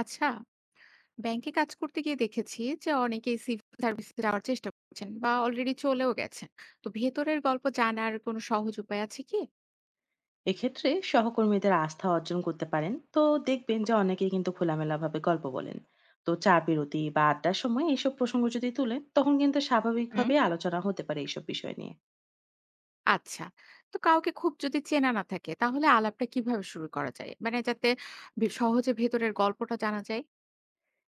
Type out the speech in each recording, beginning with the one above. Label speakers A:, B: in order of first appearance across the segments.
A: আচ্ছা, ব্যাংকে কাজ করতে গিয়ে দেখেছি যে অনেকেই সিভিল সার্ভিসে যাওয়ার চেষ্টা করছেন বা অলরেডি চলেও গেছেন। তো ভেতরের গল্প জানার কোনো সহজ উপায় আছে কি?
B: এক্ষেত্রে সহকর্মীদের আস্থা অর্জন করতে পারেন। তো দেখবেন যে অনেকেই কিন্তু খোলামেলাভাবে গল্প বলেন। তো চা বিরতি বা আড্ডার সময় এইসব প্রসঙ্গ যদি তুলেন, তখন কিন্তু
A: হুম।
B: স্বাভাবিকভাবে আলোচনা হতে পারে এইসব বিষয় নিয়ে।
A: আচ্ছা, তো কাউকে খুব যদি চেনা না থাকে তাহলে আলাপটা কিভাবে শুরু করা যায়? মানে যাতে সহজে ভেতরের গল্পটা জানা যায়।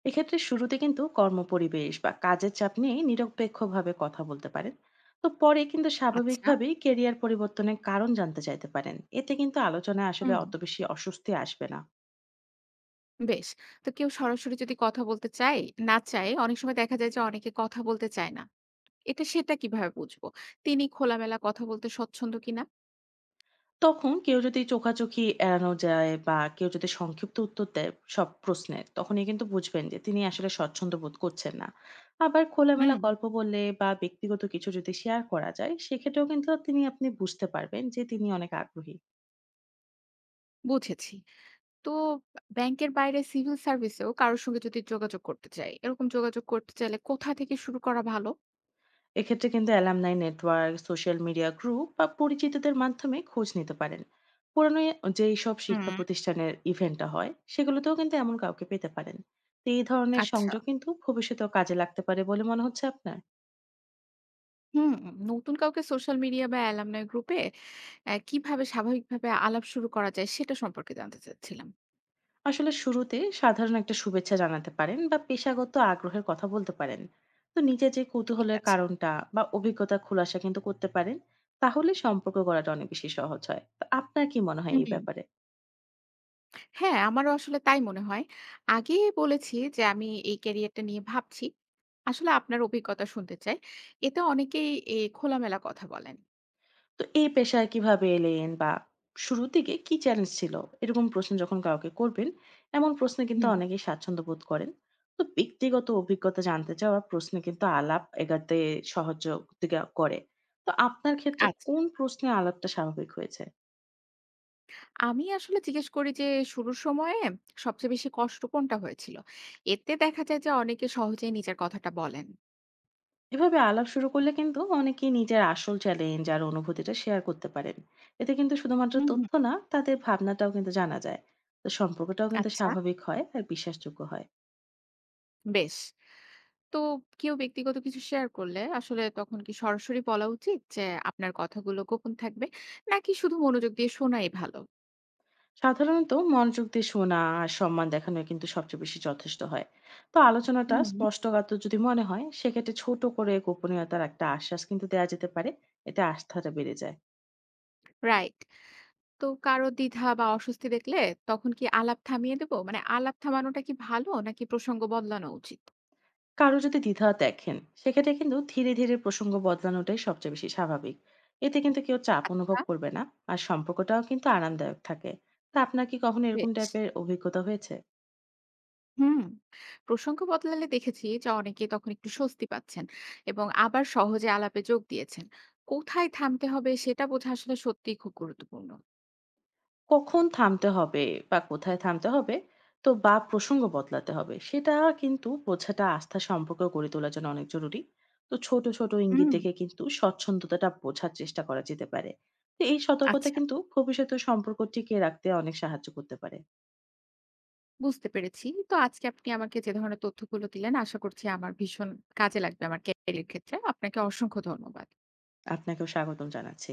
B: এক্ষেত্রে শুরুতে কিন্তু কর্মপরিবেশ বা কাজের চাপ নিয়ে নিরপেক্ষভাবে কথা বলতে পারেন। তো পরে কিন্তু
A: আচ্ছা।
B: স্বাভাবিকভাবেই কেরিয়ার পরিবর্তনের কারণ জানতে চাইতে পারেন। এতে কিন্তু আলোচনায় আসলে
A: হুম।
B: অত বেশি অস্বস্তি আসবে না।
A: বেশ। তো কেউ সরাসরি যদি কথা বলতে চায় না চায়, অনেক সময় দেখা যায় যে অনেকে কথা বলতে চায় না, এটা সেটা কিভাবে বুঝবো তিনি খোলামেলা কথা বলতে স্বচ্ছন্দ কিনা।
B: তখন কেউ যদি চোখাচোখি এড়ানো যায় বা কেউ যদি সংক্ষিপ্ত উত্তর দেয় সব প্রশ্নে, তখনই কিন্তু বুঝবেন যে তিনি আসলে স্বচ্ছন্দ বোধ করছেন না। আবার খোলামেলা
A: হুম,
B: গল্প বললে বা ব্যক্তিগত কিছু যদি শেয়ার করা যায়, সেক্ষেত্রেও কিন্তু তিনি আপনি বুঝতে পারবেন যে তিনি অনেক আগ্রহী।
A: বুঝেছি। তো ব্যাংকের বাইরে সিভিল সার্ভিসেও কারোর সঙ্গে যদি যোগাযোগ করতে চাই, এরকম যোগাযোগ করতে চাইলে কোথা থেকে শুরু করা ভালো?
B: এক্ষেত্রে কিন্তু alumni network, social media group বা পরিচিতদের মাধ্যমে খোঁজ নিতে পারেন। পুরনো যেই সব
A: হুম।
B: শিক্ষা প্রতিষ্ঠানের ইভেন্টটা হয় সেগুলোতেও কিন্তু এমন কাউকে পেতে পারেন। তো এই ধরনের
A: আচ্ছা।
B: সংযোগ কিন্তু ভবিষ্যতেও কাজে লাগতে পারে বলে মনে হচ্ছে আপনার।
A: হুম, নতুন কাউকে সোশ্যাল মিডিয়া বা অ্যালুমনাই গ্রুপে কিভাবে স্বাভাবিকভাবে আলাপ শুরু করা যায় সেটা সম্পর্কে জানতে চাচ্ছিলাম।
B: আসলে শুরুতে সাধারণ একটা শুভেচ্ছা জানাতে পারেন বা পেশাগত আগ্রহের কথা বলতে পারেন। তো নিজের যে
A: ঠিক
B: কৌতূহলের
A: আছে।
B: কারণটা বা অভিজ্ঞতা খোলাসা কিন্তু করতে পারেন। তাহলে সম্পর্ক করাটা অনেক বেশি সহজ হয়। তো আপনার কি মনে হয়
A: হুম।
B: এই ব্যাপারে?
A: হ্যাঁ, আমারও আসলে তাই মনে হয়। আগে বলেছি যে আমি এই ক্যারিয়ারটা নিয়ে ভাবছি। আসলে আপনার অভিজ্ঞতা শুনতে চাই। এতে অনেকেই খোলামেলা কথা বলেন।
B: তো এই পেশায় কিভাবে এলেন বা শুরুর দিকে কি চ্যালেঞ্জ ছিল, এরকম প্রশ্ন যখন কাউকে করবেন, এমন প্রশ্নে কিন্তু
A: হুম,
B: অনেকেই স্বাচ্ছন্দ্য বোধ করেন। তো ব্যক্তিগত অভিজ্ঞতা জানতে চাওয়া প্রশ্ন কিন্তু আলাপ এগাতে সহযোগিতা করে। তো আপনার ক্ষেত্রে
A: আচ্ছা।
B: কোন প্রশ্নে আলাপটা স্বাভাবিক হয়েছে?
A: আমি আসলে জিজ্ঞেস করি যে শুরুর সময়ে সবচেয়ে বেশি কষ্ট কোনটা হয়েছিল? এতে দেখা যায় যে অনেকে সহজেই নিজের কথাটা বলেন।
B: এভাবে আলাপ শুরু করলে কিন্তু অনেকেই নিজের আসল চ্যালেঞ্জ আর অনুভূতিটা শেয়ার করতে পারেন। এতে কিন্তু শুধুমাত্র
A: হুম, হুম।
B: তথ্য না, তাদের ভাবনাটাও কিন্তু জানা যায়। তো সম্পর্কটাও কিন্তু
A: আচ্ছা,
B: স্বাভাবিক হয় আর বিশ্বাসযোগ্য হয়।
A: বেশ। তো কেউ ব্যক্তিগত কিছু শেয়ার করলে আসলে তখন কি সরাসরি বলা উচিত যে আপনার কথাগুলো গোপন থাকবে, নাকি শুধু মনোযোগ দিয়ে শোনাই ভালো?
B: সাধারণত মনোযোগ দিয়ে শোনা আর সম্মান দেখানো কিন্তু সবচেয়ে বেশি যথেষ্ট হয়। তো আলোচনাটা
A: হুম।
B: স্পষ্টগাত্র যদি মনে হয়, সেক্ষেত্রে ছোট করে গোপনীয়তার একটা আশ্বাস কিন্তু দেওয়া যেতে পারে। এতে আস্থাটা বেড়ে যায়।
A: রাইট। তো কারো দ্বিধা বা অস্বস্তি দেখলে তখন কি আলাপ থামিয়ে দেব? মানে আলাপ থামানোটা কি ভালো নাকি প্রসঙ্গ বদলানো উচিত?
B: কারো যদি দ্বিধা দেখেন, সেক্ষেত্রে কিন্তু ধীরে ধীরে প্রসঙ্গ বদলানোটাই সবচেয়ে বেশি স্বাভাবিক। এতে কিন্তু কেউ চাপ অনুভব
A: আচ্ছা,
B: করবে না। আর সম্পর্কটাও কিন্তু আরামদায়ক থাকে। তা আপনার কি কখনো এরকম
A: বেশ।
B: টাইপের অভিজ্ঞতা হয়েছে?
A: হুম, প্রসঙ্গ বদলালে দেখেছি যে অনেকে তখন একটু স্বস্তি পাচ্ছেন এবং আবার সহজে আলাপে যোগ দিয়েছেন। কোথায় থামতে হবে সেটা বোঝা আসলে সত্যিই খুব গুরুত্বপূর্ণ।
B: কখন থামতে হবে বা কোথায় থামতে হবে, তো বা প্রসঙ্গ বদলাতে হবে, সেটা কিন্তু বোঝাটা আস্থা সম্পর্ক গড়ে তোলার জন্য অনেক জরুরি। তো ছোট ছোট ইঙ্গিত
A: হুম।
B: দেখে কিন্তু স্বচ্ছন্দতাটা বোঝার চেষ্টা করা যেতে পারে। তো এই সতর্কতা
A: আচ্ছা,
B: কিন্তু ভবিষ্যতে সম্পর্ক টিকিয়ে রাখতে অনেক সাহায্য করতে পারে।
A: বুঝতে পেরেছি। তো আজকে আপনি আমাকে যে ধরনের তথ্যগুলো দিলেন আশা করছি আমার ভীষণ কাজে লাগবে আমার ক্যারিয়ারের ক্ষেত্রে। আপনাকে অসংখ্য ধন্যবাদ।
B: আপনাকেও স্বাগতম জানাচ্ছি।